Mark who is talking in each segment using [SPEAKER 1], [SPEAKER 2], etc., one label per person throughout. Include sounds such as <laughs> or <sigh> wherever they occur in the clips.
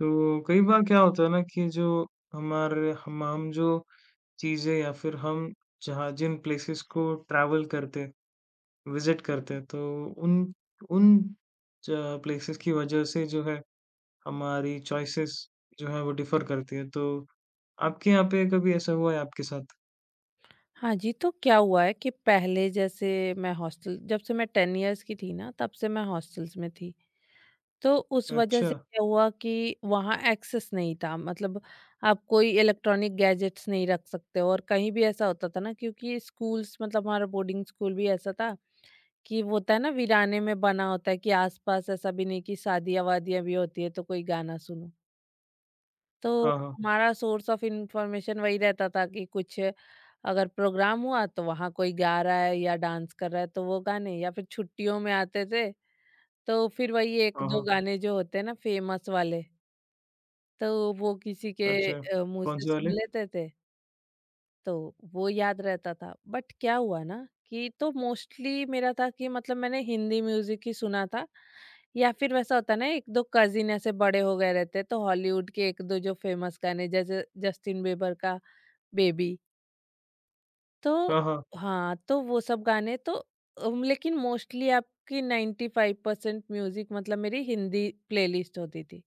[SPEAKER 1] तो कई बार क्या होता है ना कि जो हमारे हम जो चीज़ें या फिर हम जहाँ जिन प्लेसेस को ट्रैवल करते हैं, विज़िट करते हैं, तो उन उन च प्लेसेस की वजह से जो है हमारी चॉइसेस जो है वो डिफ़र करती है। तो आपके यहाँ पे कभी ऐसा हुआ है आपके साथ?
[SPEAKER 2] हाँ जी, तो क्या हुआ है कि पहले जैसे मैं हॉस्टल जब से मैं 10 इयर्स की थी ना, तब से मैं हॉस्टल्स में थी। तो उस वजह
[SPEAKER 1] अच्छा।
[SPEAKER 2] से क्या हुआ कि वहाँ एक्सेस नहीं था मतलब आप कोई इलेक्ट्रॉनिक गैजेट्स नहीं रख सकते हो और कहीं भी ऐसा होता था ना, क्योंकि स्कूल्स मतलब हमारा बोर्डिंग स्कूल भी ऐसा था कि वो होता है ना वीराने में बना होता है कि आस-पास ऐसा भी नहीं कि शादियाँ-वादियाँ भी होती है तो कोई गाना सुनो। तो
[SPEAKER 1] हाँ, हाँ।
[SPEAKER 2] हमारा सोर्स ऑफ इंफॉर्मेशन वही रहता था कि कुछ अगर प्रोग्राम हुआ तो वहाँ कोई गा रहा है या डांस कर रहा है तो वो गाने, या फिर छुट्टियों में आते थे तो फिर वही एक
[SPEAKER 1] हाँ,
[SPEAKER 2] दो
[SPEAKER 1] हाँ।
[SPEAKER 2] गाने जो होते हैं ना फेमस वाले, तो वो किसी के
[SPEAKER 1] अच्छा।
[SPEAKER 2] मुंह से
[SPEAKER 1] कौन-से
[SPEAKER 2] सुन
[SPEAKER 1] वाले?
[SPEAKER 2] लेते थे तो वो याद रहता था। बट क्या हुआ ना कि तो मोस्टली मेरा था कि मतलब मैंने हिंदी म्यूजिक ही सुना था, या फिर वैसा होता ना एक दो कजिन ऐसे बड़े हो गए रहते तो हॉलीवुड के एक दो जो फेमस गाने जैसे जस्टिन बीबर का बेबी, तो
[SPEAKER 1] हाँ, हाँ।
[SPEAKER 2] हाँ तो वो सब गाने तो लेकिन मोस्टली आपकी नाइन्टी फाइव परसेंट म्यूजिक मतलब मेरी हिंदी प्लेलिस्ट होती थी।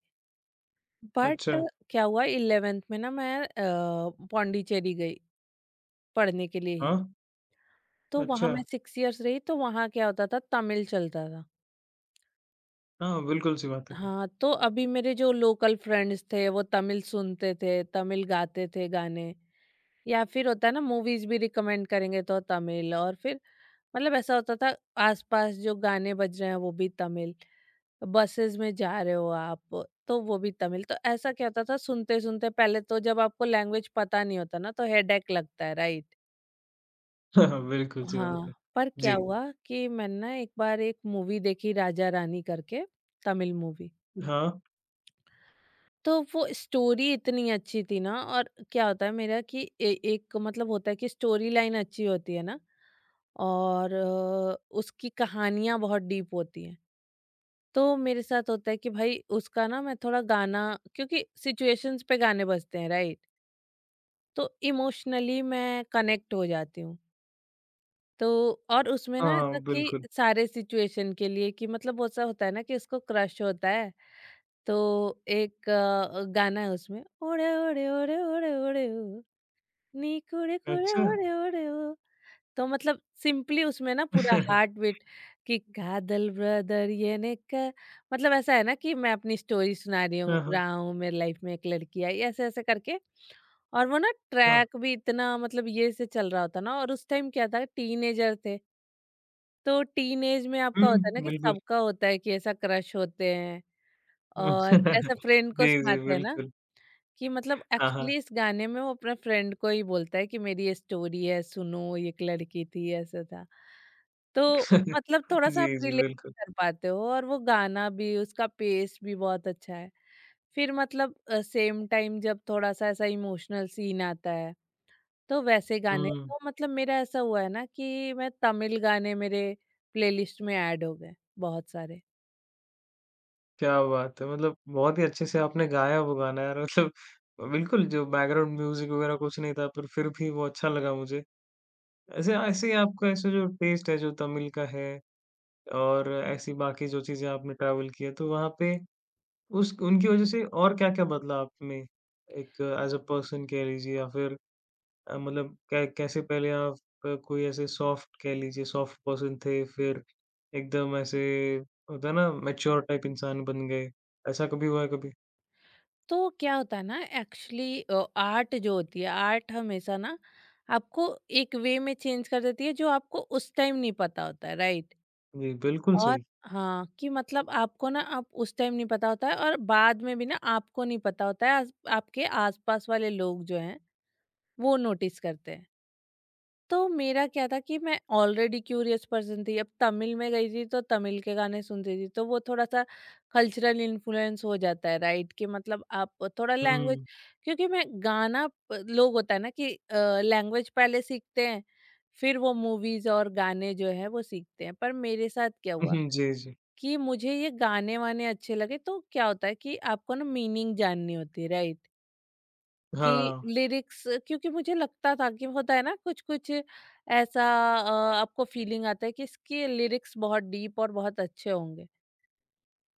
[SPEAKER 2] बट
[SPEAKER 1] अच्छा।
[SPEAKER 2] क्या हुआ इलेवेंथ में ना मैं पौंडीचेरी गई पढ़ने के लिए
[SPEAKER 1] हाँ?
[SPEAKER 2] ही। तो वहाँ
[SPEAKER 1] अच्छा।
[SPEAKER 2] मैं 6 इयर्स रही तो वहाँ क्या होता था, तमिल चलता था।
[SPEAKER 1] हाँ, बिल्कुल सी बात है।
[SPEAKER 2] हाँ, तो अभी मेरे जो लोकल फ्रेंड्स थे वो तमिल सुनते थे, तमिल गाते थे गाने, या फिर होता है ना मूवीज़ भी रिकमेंड करेंगे तो तमिल, और फिर मतलब ऐसा होता था आसपास जो गाने बज रहे हैं वो भी तमिल, बसेज़ में जा रहे हो आप तो वो भी तमिल। तो ऐसा क्या होता था सुनते-सुनते, पहले तो जब आपको लैंग्वेज पता नहीं होता ना तो हेडेक लगता है, राइट?
[SPEAKER 1] <laughs> हाँ, बिल्कुल सी बात
[SPEAKER 2] हाँ,
[SPEAKER 1] है।
[SPEAKER 2] पर क्या
[SPEAKER 1] जी।
[SPEAKER 2] हुआ कि मैंने ना एक बार एक मूवी देखी राजा रानी करके, तमिल मूवी।
[SPEAKER 1] हाँ।
[SPEAKER 2] तो वो स्टोरी इतनी अच्छी थी ना, और क्या होता है मेरा कि ए एक मतलब होता है कि स्टोरी लाइन अच्छी होती है ना और उसकी कहानियाँ बहुत डीप होती हैं। तो मेरे साथ होता है कि भाई उसका ना मैं थोड़ा गाना, क्योंकि सिचुएशंस पे गाने बजते हैं, राइट? तो इमोशनली मैं कनेक्ट हो जाती हूँ। तो और उसमें
[SPEAKER 1] हाँ,
[SPEAKER 2] ना ऐसा
[SPEAKER 1] हाँ।
[SPEAKER 2] कि
[SPEAKER 1] बिल्कुल।
[SPEAKER 2] सारे सिचुएशन के लिए कि मतलब वो ऐसा होता है ना कि उसको क्रश होता है, तो एक गाना है उसमें, ओड़े ओड़े ओड़े ओड़े ओड़े ओ, नी कुड़े कुड़े
[SPEAKER 1] अच्छा!
[SPEAKER 2] ओड़े ओड़े ओ। तो मतलब सिंपली उसमें ना पूरा हार्ट
[SPEAKER 1] <laughs>
[SPEAKER 2] बीट कि कादल ब्रदर ये ने का, मतलब ऐसा है ना कि मैं अपनी स्टोरी सुना रही हूँ
[SPEAKER 1] हाँ, हाँ,
[SPEAKER 2] रहा हूँ मेरी लाइफ में एक लड़की आई ऐसे ऐसे करके। और वो ना
[SPEAKER 1] हाँ।
[SPEAKER 2] ट्रैक भी इतना मतलब ये से चल रहा होता ना, और उस टाइम क्या था टीनेजर थे, तो टीनेज में
[SPEAKER 1] हुँ,
[SPEAKER 2] आपका होता है ना कि
[SPEAKER 1] बिल्कुल।
[SPEAKER 2] सबका होता है कि ऐसा क्रश होते हैं,
[SPEAKER 1] हम्म,
[SPEAKER 2] और ऐसा
[SPEAKER 1] <laughs>
[SPEAKER 2] फ्रेंड को
[SPEAKER 1] जी, जी,
[SPEAKER 2] सुनाते हैं ना
[SPEAKER 1] बिल्कुल।
[SPEAKER 2] कि मतलब
[SPEAKER 1] हाँ, हाँ।
[SPEAKER 2] एक्चुअली इस गाने में वो अपने फ्रेंड को ही बोलता है कि मेरी ये स्टोरी है सुनो, ये एक लड़की थी ऐसा था। तो
[SPEAKER 1] <laughs>
[SPEAKER 2] मतलब थोड़ा सा
[SPEAKER 1] जी,
[SPEAKER 2] आप
[SPEAKER 1] जी,
[SPEAKER 2] रिलेट
[SPEAKER 1] बिल्कुल।
[SPEAKER 2] कर पाते हो, और वो गाना भी उसका पेस भी बहुत अच्छा है। फिर मतलब सेम टाइम जब थोड़ा सा ऐसा इमोशनल सीन आता है तो वैसे गाने,
[SPEAKER 1] हुँ,
[SPEAKER 2] तो मतलब मेरा ऐसा हुआ है ना कि मैं तमिल गाने मेरे प्लेलिस्ट में ऐड हो गए बहुत सारे।
[SPEAKER 1] क्या बात है! मतलब बहुत ही अच्छे से आपने गाया वो गाना यार, मतलब बिल्कुल जो बैकग्राउंड म्यूज़िक वगैरह कुछ नहीं था पर फिर भी वो अच्छा लगा मुझे। ऐसे ऐसे ही आपका ऐसे जो टेस्ट है जो तमिल का है और ऐसी बाकी जो चीज़ें आपने ट्रैवल की है तो वहाँ पे उस उनकी वज़ह से और क्या-क्या बदला आप में? एक एज़ अ पर्सन कह लीजिए या फिर मतलब कै कैसे पहले आप कोई ऐसे सॉफ्ट कह लीजिए, सॉफ्ट पर्सन थे, फिर एकदम ऐसे होता है ना, मैच्योर टाइप इंसान बन गए, ऐसा कभी हुआ है कभी?
[SPEAKER 2] तो क्या होता है ना, एक्चुअली आर्ट जो होती है, आर्ट हमेशा ना आपको एक वे में चेंज कर देती है जो आपको उस टाइम नहीं पता होता है, राइट?
[SPEAKER 1] जी, बिल्कुल
[SPEAKER 2] और
[SPEAKER 1] सही।
[SPEAKER 2] हाँ कि मतलब आपको ना, आप उस टाइम नहीं पता होता है, और बाद में भी ना आपको नहीं पता होता है, आपके आसपास वाले लोग जो हैं वो नोटिस करते हैं। तो मेरा क्या था कि मैं ऑलरेडी क्यूरियस पर्सन थी। अब तमिल में गई थी तो तमिल के गाने सुनती थी, तो वो थोड़ा-सा कल्चरल इन्फ्लुएंस हो जाता है, राइट? कि मतलब आप थोड़ा
[SPEAKER 1] हुँ।
[SPEAKER 2] लैंग्वेज,
[SPEAKER 1] उहुँ,
[SPEAKER 2] क्योंकि मैं गाना प लोग होता है ना कि लैंग्वेज पहले सीखते हैं, फिर वो मूवीज़ और गाने जो हैं वो सीखते हैं। पर मेरे साथ क्या हुआ
[SPEAKER 1] <laughs> जी, जी।
[SPEAKER 2] कि मुझे ये गाने-वाने अच्छे लगे, तो क्या होता है कि आपको ना मीनिंग जाननी होती है, राइट? कि
[SPEAKER 1] हाँ,
[SPEAKER 2] लिरिक्स, क्योंकि मुझे लगता था कि होता है ना कुछ-कुछ ऐसा, अ, आपको फीलिंग आता है कि इसके लिरिक्स बहुत डीप और बहुत अच्छे होंगे।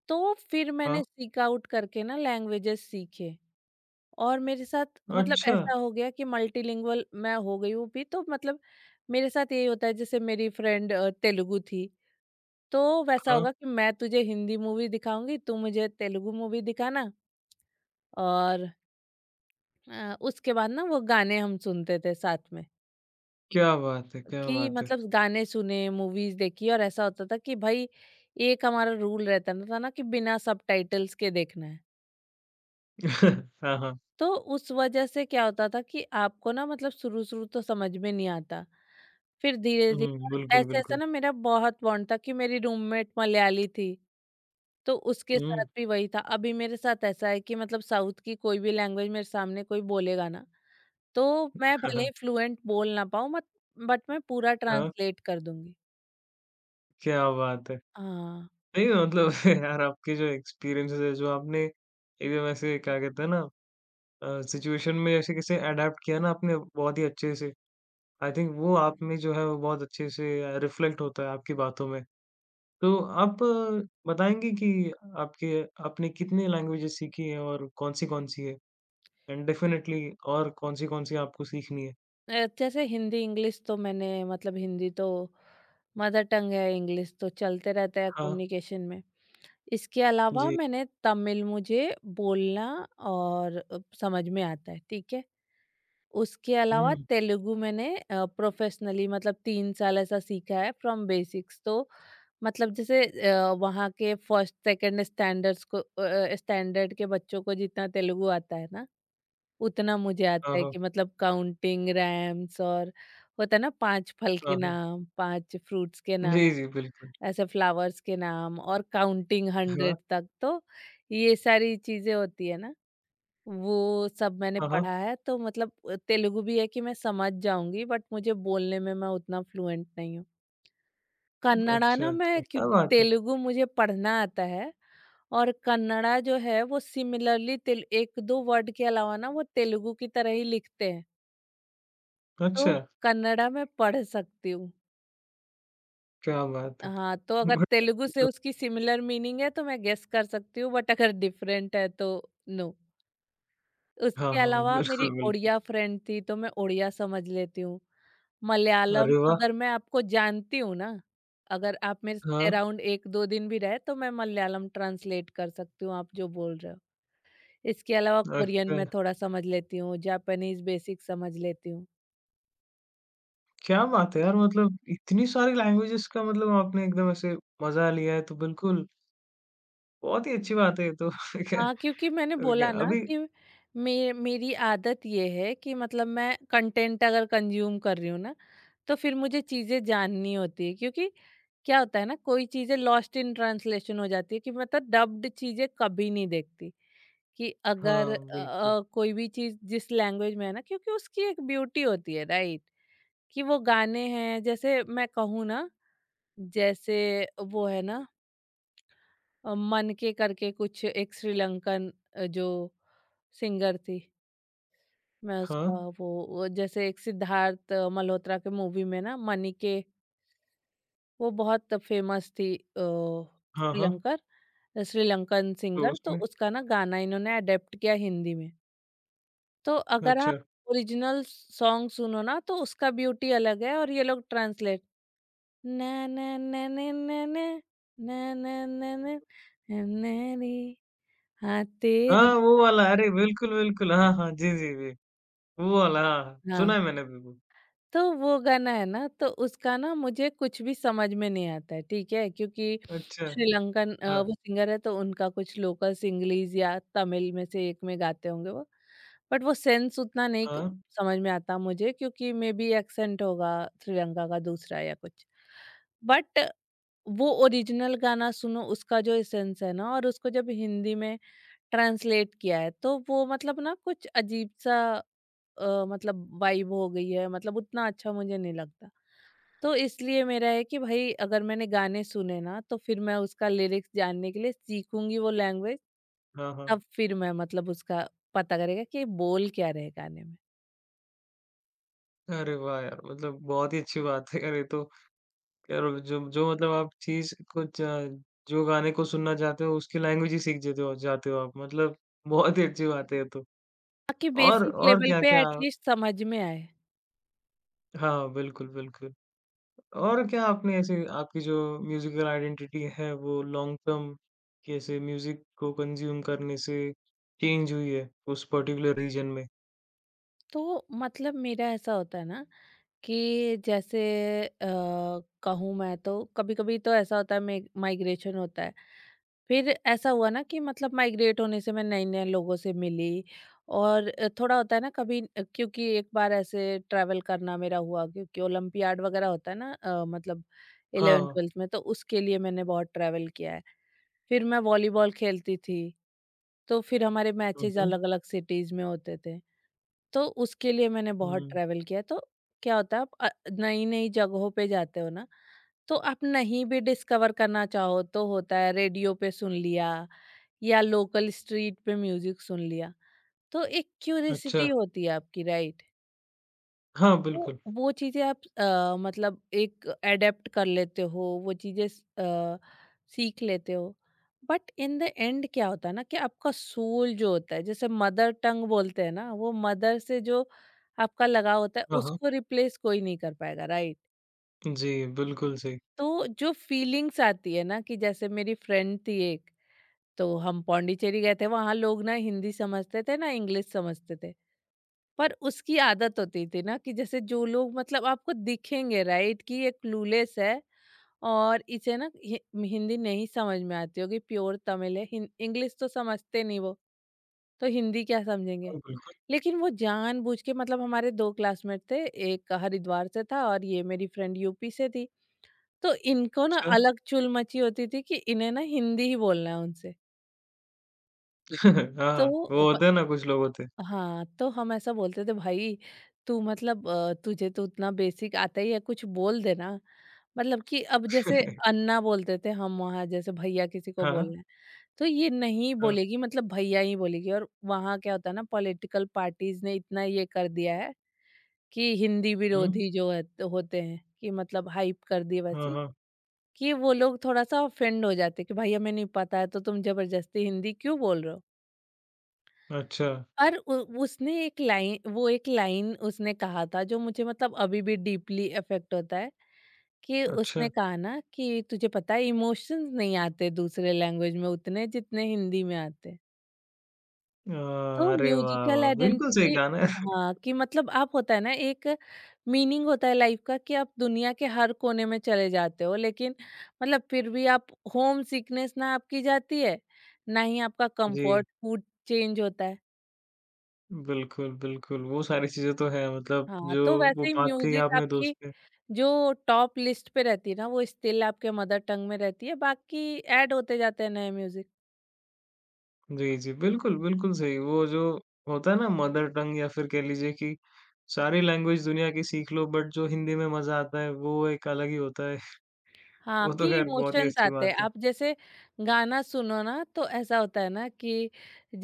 [SPEAKER 2] तो फिर
[SPEAKER 1] हाँ।
[SPEAKER 2] मैंने सीक आउट करके ना लैंग्वेजेस सीखे, और मेरे साथ मतलब
[SPEAKER 1] अच्छा!
[SPEAKER 2] ऐसा हो गया कि मल्टीलिंगुअल मैं हो गई हूँ भी, तो मतलब मेरे साथ यही होता है जैसे मेरी फ्रेंड तेलुगु थी, तो वैसा
[SPEAKER 1] हाँ,
[SPEAKER 2] होगा कि मैं तुझे हिंदी मूवी दिखाऊँगी, तू मुझे तेलुगु मूवी दिखाना, और उसके बाद ना वो गाने हम सुनते थे साथ में।
[SPEAKER 1] क्या बात है, क्या
[SPEAKER 2] कि
[SPEAKER 1] बात है!
[SPEAKER 2] मतलब गाने सुने, मूवीज़ देखी, और ऐसा होता था कि भाई एक हमारा रूल रहता ना था ना कि बिना सबटाइटल्स के देखना है।
[SPEAKER 1] <laughs> हाँ, हाँ।
[SPEAKER 2] तो उस वजह से क्या होता था कि आपको ना मतलब शुरू-शुरू तो समझ में नहीं आता। फिर धीरे-धीरे,
[SPEAKER 1] हुँ,
[SPEAKER 2] और
[SPEAKER 1] बिल्कुल,
[SPEAKER 2] ऐसे-ऐसे
[SPEAKER 1] बिल्कुल।
[SPEAKER 2] ना मेरा बहुत बॉन्ड था कि मेरी रूममेट मलयाली थी, तो उसके साथ
[SPEAKER 1] हुँ,
[SPEAKER 2] भी वही था। अभी मेरे साथ ऐसा है कि मतलब साउथ की कोई भी लैंग्वेज मेरे सामने कोई बोलेगा ना, तो
[SPEAKER 1] <laughs>
[SPEAKER 2] मैं भले
[SPEAKER 1] हाँ,
[SPEAKER 2] ही फ्लुएंट बोल ना पाऊँ मत बट मैं पूरा
[SPEAKER 1] हाँ,
[SPEAKER 2] ट्रांसलेट कर दूँगी।
[SPEAKER 1] क्या बात है!
[SPEAKER 2] हाँ,
[SPEAKER 1] नहीं, मतलब <laughs> यार आपके जो एक्सपीरियंसेस है, जो आपने एकदम ऐसे क्या कहते हैं ना, सिचुएशन में ऐसे कैसे अडैप्ट किया ना आपने, बहुत ही अच्छे से। आई थिंक वो आप में जो है वो बहुत अच्छे से रिफ्लेक्ट होता है आपकी बातों में। तो आप बताएँगे कि आपके आपने कितनी लैंग्वेजेस सीखी हैं और कौन-सी-कौन सी कौन सी है? एंड डेफिनिटली और कौन-सी-कौन सी कौन सी आपको सीखनी है?
[SPEAKER 2] जैसे हिंदी इंग्लिश तो मैंने मतलब हिंदी तो मदर टंग है, इंग्लिश तो चलते रहता है
[SPEAKER 1] हाँ,
[SPEAKER 2] कम्युनिकेशन में। इसके अलावा
[SPEAKER 1] जी।
[SPEAKER 2] मैंने तमिल, मुझे बोलना और समझ में आता है, ठीक है? उसके अलावा
[SPEAKER 1] हुँ,
[SPEAKER 2] तेलुगु मैंने प्रोफेशनली मतलब 3 साल ऐसा सीखा है फ्रॉम बेसिक्स, तो मतलब जैसे वहाँ के फर्स्ट सेकंड स्टैंडर्ड्स को स्टैंडर्ड के बच्चों को जितना तेलुगु आता है ना उतना मुझे
[SPEAKER 1] हाँ,
[SPEAKER 2] आता है
[SPEAKER 1] हाँ।
[SPEAKER 2] कि मतलब काउंटिंग रैम्स, और होता है ना 5 फल
[SPEAKER 1] हाँ,
[SPEAKER 2] के
[SPEAKER 1] हाँ।
[SPEAKER 2] नाम, 5 फ्रूट्स के नाम,
[SPEAKER 1] जी, जी, बिल्कुल।
[SPEAKER 2] ऐसे फ्लावर्स के नाम, और काउंटिंग
[SPEAKER 1] हाँ,
[SPEAKER 2] 100 तक, तो ये सारी चीजें होती है ना वो सब मैंने
[SPEAKER 1] हाँ, हाँ।
[SPEAKER 2] पढ़ा है। तो मतलब तेलुगु भी है कि मैं समझ जाऊंगी बट मुझे बोलने में मैं उतना फ्लुएंट नहीं हूँ। कन्नड़ा
[SPEAKER 1] अच्छा,
[SPEAKER 2] ना
[SPEAKER 1] अच्छा।
[SPEAKER 2] मैं,
[SPEAKER 1] क्या
[SPEAKER 2] क्योंकि
[SPEAKER 1] बात है!
[SPEAKER 2] तेलुगु मुझे पढ़ना आता है, और कन्नड़ा जो है वो सिमिलरली तेल एक दो वर्ड के अलावा ना वो तेलुगु की तरह ही लिखते हैं,
[SPEAKER 1] अच्छा,
[SPEAKER 2] तो कन्नड़ा मैं पढ़ सकती हूँ।
[SPEAKER 1] क्या बात है!
[SPEAKER 2] हाँ, तो अगर
[SPEAKER 1] बढ़िया
[SPEAKER 2] तेलुगु
[SPEAKER 1] फिर
[SPEAKER 2] से
[SPEAKER 1] तो।
[SPEAKER 2] उसकी सिमिलर मीनिंग है तो मैं गेस कर सकती हूँ, बट अगर डिफरेंट है तो नो।
[SPEAKER 1] हाँ,
[SPEAKER 2] उसके
[SPEAKER 1] हाँ,
[SPEAKER 2] अलावा मेरी
[SPEAKER 1] बिल्कुल, बिल्कुल।
[SPEAKER 2] ओड़िया फ्रेंड थी, तो मैं ओड़िया समझ लेती हूँ। मलयालम,
[SPEAKER 1] अरे वाह!
[SPEAKER 2] अगर मैं आपको जानती हूँ ना, अगर आप मेरे से
[SPEAKER 1] हाँ,
[SPEAKER 2] अराउंड 1-2 दिन भी रहे तो मैं मलयालम ट्रांसलेट कर सकती हूँ आप जो बोल रहे हो। इसके अलावा कोरियन
[SPEAKER 1] अच्छा।
[SPEAKER 2] मैं थोड़ा समझ लेती हूँ, जापानीज़ बेसिक समझ लेती हूँ।
[SPEAKER 1] क्या बात है यार! मतलब इतनी सारी लैंग्वेजेज़ का, मतलब आपने एकदम ऐसे मज़ा लिया है, तो बिल्कुल बहुत ही अच्छी बात है ये तो। <laughs>
[SPEAKER 2] हाँ,
[SPEAKER 1] ख़ैर,
[SPEAKER 2] क्योंकि मैंने बोला
[SPEAKER 1] ख़ैर
[SPEAKER 2] ना
[SPEAKER 1] अभी
[SPEAKER 2] कि मे मेरी आदत ये है कि मतलब मैं कंटेंट अगर कंज़्यूम कर रही हूँ ना, तो फिर मुझे चीज़ें जाननी होती है, क्योंकि क्या होता है ना कोई चीजें लॉस्ट इन ट्रांसलेशन हो जाती है कि मतलब डब्ड चीजें कभी नहीं देखती, कि अगर
[SPEAKER 1] हाँ, बिल्कुल।
[SPEAKER 2] कोई भी चीज जिस लैंग्वेज में है ना, क्योंकि उसकी एक ब्यूटी होती है, राइट? कि वो गाने हैं, जैसे मैं कहूँ ना, जैसे वो है ना, मन के करके कुछ एक श्रीलंकन जो सिंगर थी, मैं
[SPEAKER 1] हाँ।
[SPEAKER 2] उसका, वो जैसे एक सिद्धार्थ मल्होत्रा के मूवी में ना मनी के, वो बहुत फेमस थी,
[SPEAKER 1] हाँ, हाँ।
[SPEAKER 2] श्रीलंकर श्रीलंकन
[SPEAKER 1] तो
[SPEAKER 2] सिंगर, तो
[SPEAKER 1] उसमें
[SPEAKER 2] उसका ना गाना इन्होंने अडेप्ट किया हिंदी में। तो अगर आप
[SPEAKER 1] अच्छा।
[SPEAKER 2] ओरिजिनल सॉन्ग सुनो ना तो उसका ब्यूटी अलग है, और ये लोग ट्रांसलेट, ना ना ना ना ना ना, ना ना ना ना, ना ना, रे, हाँ तेरी।
[SPEAKER 1] हाँ, वो वाला, अरे! बिल्कुल, बिल्कुल। हाँ, हाँ। जी, जी, जी। वो वाला, हाँ, हाँ। सुना
[SPEAKER 2] हाँ,
[SPEAKER 1] है मैंने भी वो।
[SPEAKER 2] तो वो गाना है ना तो उसका ना मुझे कुछ भी समझ में नहीं आता है, ठीक है? क्योंकि
[SPEAKER 1] अच्छा।
[SPEAKER 2] श्रीलंकन
[SPEAKER 1] हाँ,
[SPEAKER 2] वो सिंगर है, तो उनका कुछ लोकल सिंगलीज़ या तमिल में से एक में गाते होंगे वो। बट वो सेंस उतना नहीं क
[SPEAKER 1] हाँ।
[SPEAKER 2] समझ में आता मुझे, क्योंकि मेबी एक्सेंट होगा श्रीलंका का दूसरा या कुछ। बट वो ओरिजिनल गाना सुनो उसका, जो एसेंस है ना, और उसको जब हिंदी में ट्रांसलेट किया है तो वो मतलब ना कुछ अजीब-सा मतलब वाइब हो गई है, मतलब उतना अच्छा मुझे नहीं लगता। तो इसलिए मेरा है कि भाई अगर मैंने गाने सुने ना, तो फिर मैं उसका लिरिक्स जानने के लिए सीखूंगी वो लैंग्वेज।
[SPEAKER 1] हाँ, हाँ।
[SPEAKER 2] तब फिर मैं मतलब उसका पता करेगा कि बोल क्या रहे गाने में,
[SPEAKER 1] अरे वाह यार! मतलब बहुत ही अच्छी बात है यार ये तो। और जो जो मतलब आप चीज़ को ज जो गाने को सुनना चाहते हो उसकी लैंग्वेज ही सीख जाते हो आप, मतलब बहुत ही अच्छी बात है ये तो।
[SPEAKER 2] ताकि बेसिक
[SPEAKER 1] और
[SPEAKER 2] लेवल पे
[SPEAKER 1] क्या-क्या
[SPEAKER 2] एटलीस्ट समझ में आए।
[SPEAKER 1] हाँ, बिल्कुल, बिल्कुल। और क्या आपने ऐसे आपकी जो म्यूज़िकल आइडेंटिटी है वो लॉन्ग टर्म कैसे म्यूज़िक को कंज़्यूम करने से चेंज हुई है उस पर्टिकुलर रीजन में?
[SPEAKER 2] तो मतलब मेरा ऐसा होता है ना, कि जैसे अ, कहूँ मैं, तो कभी कभी तो ऐसा होता है, माइग्रेशन होता है। फिर ऐसा हुआ ना कि मतलब माइग्रेट होने से मैं नए-नए लोगों से मिली। और थोड़ा होता है ना कभी, क्योंकि एक बार ऐसे ट्रैवल करना मेरा हुआ, क्योंकि ओलंपियाड वगैरह होता है ना, मतलब
[SPEAKER 1] हाँ।
[SPEAKER 2] 11th-12th में, तो उसके लिए मैंने बहुत ट्रैवल किया है। फिर मैं वॉलीबॉल खेलती थी, तो फिर हमारे
[SPEAKER 1] हुँ,
[SPEAKER 2] मैचेज़
[SPEAKER 1] हुँ।
[SPEAKER 2] अलग-अलग सिटीज़ में होते थे, तो उसके लिए मैंने बहुत
[SPEAKER 1] हुँ,
[SPEAKER 2] ट्रैवल किया है। तो क्या होता है, आप नई-नई जगहों पे जाते हो ना, तो आप नहीं भी डिस्कवर करना चाहो तो होता है, रेडियो पे सुन लिया या लोकल स्ट्रीट पे म्यूजिक सुन लिया, तो एक क्यूरियसिटी
[SPEAKER 1] अच्छा।
[SPEAKER 2] होती है आपकी, राइट।
[SPEAKER 1] हाँ,
[SPEAKER 2] तो
[SPEAKER 1] बिल्कुल।
[SPEAKER 2] वो चीजें आप मतलब एक अडेप्ट कर लेते हो, वो चीजें सीख लेते हो। बट इन द एंड क्या होता है ना, कि आपका सोल जो होता है, जैसे मदर टंग बोलते हैं ना, वो मदर से जो आपका लगाव होता है,
[SPEAKER 1] हाँ, हाँ।
[SPEAKER 2] उसको रिप्लेस कोई नहीं कर पाएगा, राइट।
[SPEAKER 1] जी, बिल्कुल सही।
[SPEAKER 2] तो जो फीलिंग्स आती है ना, कि जैसे मेरी फ्रेंड थी एक, तो हम पौंडीचेरी गए थे, वहाँ लोग ना हिंदी समझते थे, ना इंग्लिश समझते थे। पर उसकी आदत होती थी ना कि जैसे जो लोग मतलब आपको दिखेंगे, राइट, कि ये क्लूलेस है और इसे ना हि हिंदी नहीं समझ में आती होगी, प्योर तमिल है, हिन इंग्लिश तो समझते नहीं वो, तो हिंदी क्या
[SPEAKER 1] हाँ,
[SPEAKER 2] समझेंगे।
[SPEAKER 1] बिल्कुल।
[SPEAKER 2] लेकिन वो जानबूझ के, मतलब हमारे 2 क्लासमेट थे, एक हरिद्वार से था और ये मेरी फ्रेंड यूपी से थी। तो इनको ना
[SPEAKER 1] अच्छा।
[SPEAKER 2] अलग चुल मची होती थी कि इन्हें ना हिंदी ही बोलना है उनसे।
[SPEAKER 1] <laughs> हाँ, हाँ।
[SPEAKER 2] तो
[SPEAKER 1] वो
[SPEAKER 2] व
[SPEAKER 1] होते हैं ना, कुछ लोग होते हैं।
[SPEAKER 2] हाँ, तो हम ऐसा बोलते थे, भाई तू मतलब तुझे तो उतना बेसिक आता ही है, कुछ बोल देना। मतलब कि अब जैसे
[SPEAKER 1] <laughs>
[SPEAKER 2] अन्ना बोलते थे हम वहाँ, जैसे भैया किसी को
[SPEAKER 1] हाँ,
[SPEAKER 2] बोलना है, तो ये नहीं
[SPEAKER 1] हाँ।
[SPEAKER 2] बोलेगी, मतलब भैया ही बोलेगी। और वहाँ क्या होता है ना, पॉलिटिकल पार्टीज़ ने इतना ये कर दिया है कि हिंदी
[SPEAKER 1] हुँ।
[SPEAKER 2] विरोधी जो है, तो होते हैं कि मतलब हाइप कर दी
[SPEAKER 1] हाँ,
[SPEAKER 2] वैसी,
[SPEAKER 1] हाँ।
[SPEAKER 2] कि वो लोग थोड़ा-सा ऑफेंड हो जाते हैं कि भाई, हमें नहीं पता है, तो तुम ज़बरदस्ती हिंदी क्यों बोल रहे हो?
[SPEAKER 1] अच्छा,
[SPEAKER 2] पर उ उसने एक लाइन वो एक लाइन उसने कहा था, जो मुझे मतलब अभी भी डीपली अफेक्ट होता है, कि
[SPEAKER 1] अच्छा।
[SPEAKER 2] उसने कहा ना कि तुझे पता है, इमोशंस नहीं आते दूसरे लैंग्वेज में उतने, जितने हिंदी में आते हैं।
[SPEAKER 1] अ,
[SPEAKER 2] तो
[SPEAKER 1] अरे वाह,
[SPEAKER 2] म्यूजिकल
[SPEAKER 1] वाह! बिल्कुल सही
[SPEAKER 2] आइडेंटिटी,
[SPEAKER 1] कहा ना। <laughs>
[SPEAKER 2] हाँ, कि मतलब आप होता है ना, एक मीनिंग होता है लाइफ का कि आप दुनिया के हर कोने में चले जाते हो, लेकिन मतलब फिर भी आप होम सिकनेस ना आपकी जाती है, ना ही आपका
[SPEAKER 1] जी,
[SPEAKER 2] कंफर्ट फूड चेंज होता है।
[SPEAKER 1] बिल्कुल, बिल्कुल। वो सारी चीज़ें तो हैं, मतलब
[SPEAKER 2] हाँ,
[SPEAKER 1] जो
[SPEAKER 2] तो
[SPEAKER 1] वो
[SPEAKER 2] वैसे ही
[SPEAKER 1] बात कही
[SPEAKER 2] म्यूजिक
[SPEAKER 1] आपने
[SPEAKER 2] आपकी
[SPEAKER 1] दोस्त ने।
[SPEAKER 2] जो टॉप लिस्ट पे रहती है ना, वो स्टिल आपके मदर टंग में रहती है, बाकी ऐड होते जाते हैं नए म्यूजिक।
[SPEAKER 1] जी, जी। बिल्कुल, बिल्कुल सही। वो जो होता है ना मदर टंग, या फिर कह लीजिए कि सारी लैंग्वेज दुनिया की सीख लो बट जो हिंदी में मज़ा आता है वो एक अलग ही होता है। <laughs>
[SPEAKER 2] हाँ,
[SPEAKER 1] वो
[SPEAKER 2] कि
[SPEAKER 1] तो खैर बहुत ही
[SPEAKER 2] इमोशंस
[SPEAKER 1] अच्छी
[SPEAKER 2] आते हैं,
[SPEAKER 1] बात है।
[SPEAKER 2] आप जैसे गाना सुनो ना, तो ऐसा होता है ना कि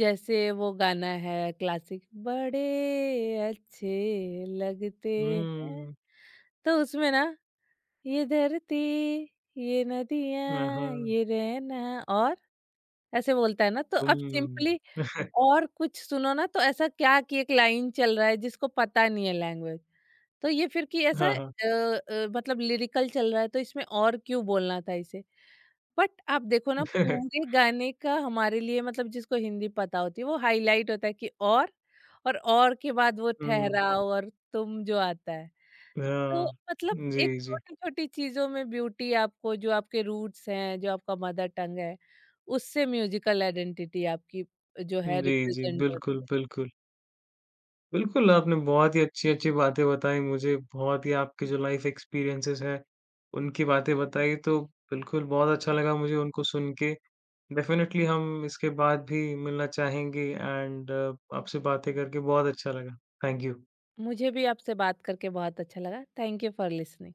[SPEAKER 2] जैसे वो गाना है क्लासिक, बड़े अच्छे लगते हैं,
[SPEAKER 1] हुँ।
[SPEAKER 2] तो उसमें ना, ये धरती ये
[SPEAKER 1] हाँ,
[SPEAKER 2] नदियाँ
[SPEAKER 1] हाँ।
[SPEAKER 2] ये रहना, और ऐसे बोलता है ना, तो अब
[SPEAKER 1] हुँ।
[SPEAKER 2] सिंपली।
[SPEAKER 1] <laughs>
[SPEAKER 2] और कुछ सुनो ना, तो ऐसा क्या कि एक लाइन चल रहा है, जिसको पता नहीं है लैंग्वेज, तो ये फिर कि ऐसा
[SPEAKER 1] हाँ, हाँ।
[SPEAKER 2] मतलब लिरिकल चल रहा है, तो इसमें और क्यों बोलना था इसे? बट आप देखो ना,
[SPEAKER 1] <laughs>
[SPEAKER 2] पूरे गाने का हमारे लिए मतलब जिसको हिंदी पता होती है, वो हाइलाइट होता है, कि और के बाद वो
[SPEAKER 1] हुँ।
[SPEAKER 2] ठहराओ और तुम जो आता है। तो
[SPEAKER 1] हाँ।
[SPEAKER 2] मतलब एक
[SPEAKER 1] जी, जी।
[SPEAKER 2] छोटी-छोटी चीज़ों में ब्यूटी आपको, जो आपके रूट्स हैं, जो आपका मदर टंग है, उससे म्यूज़िकल आइडेंटिटी आपकी जो है
[SPEAKER 1] जी, जी।
[SPEAKER 2] रिप्रेज़ेंट
[SPEAKER 1] बिल्कुल,
[SPEAKER 2] होती
[SPEAKER 1] बिल्कुल। बिल्कुल, आपने बहुत ही अच्छी-अच्छी बातें बताई मुझे, बहुत ही आपके जो लाइफ़ एक्सपीरियंसेस हैं, उनकी बातें बताई, तो बिल्कुल बहुत अच्छा लगा मुझे उनको सुन के। डेफ़िनेटली हम इसके बाद भी मिलना चाहेंगे एंड आपसे बातें करके बहुत अच्छा लगा। Thank you.
[SPEAKER 2] है। मुझे भी आपसे बात करके बहुत अच्छा लगा। Thank you for listening.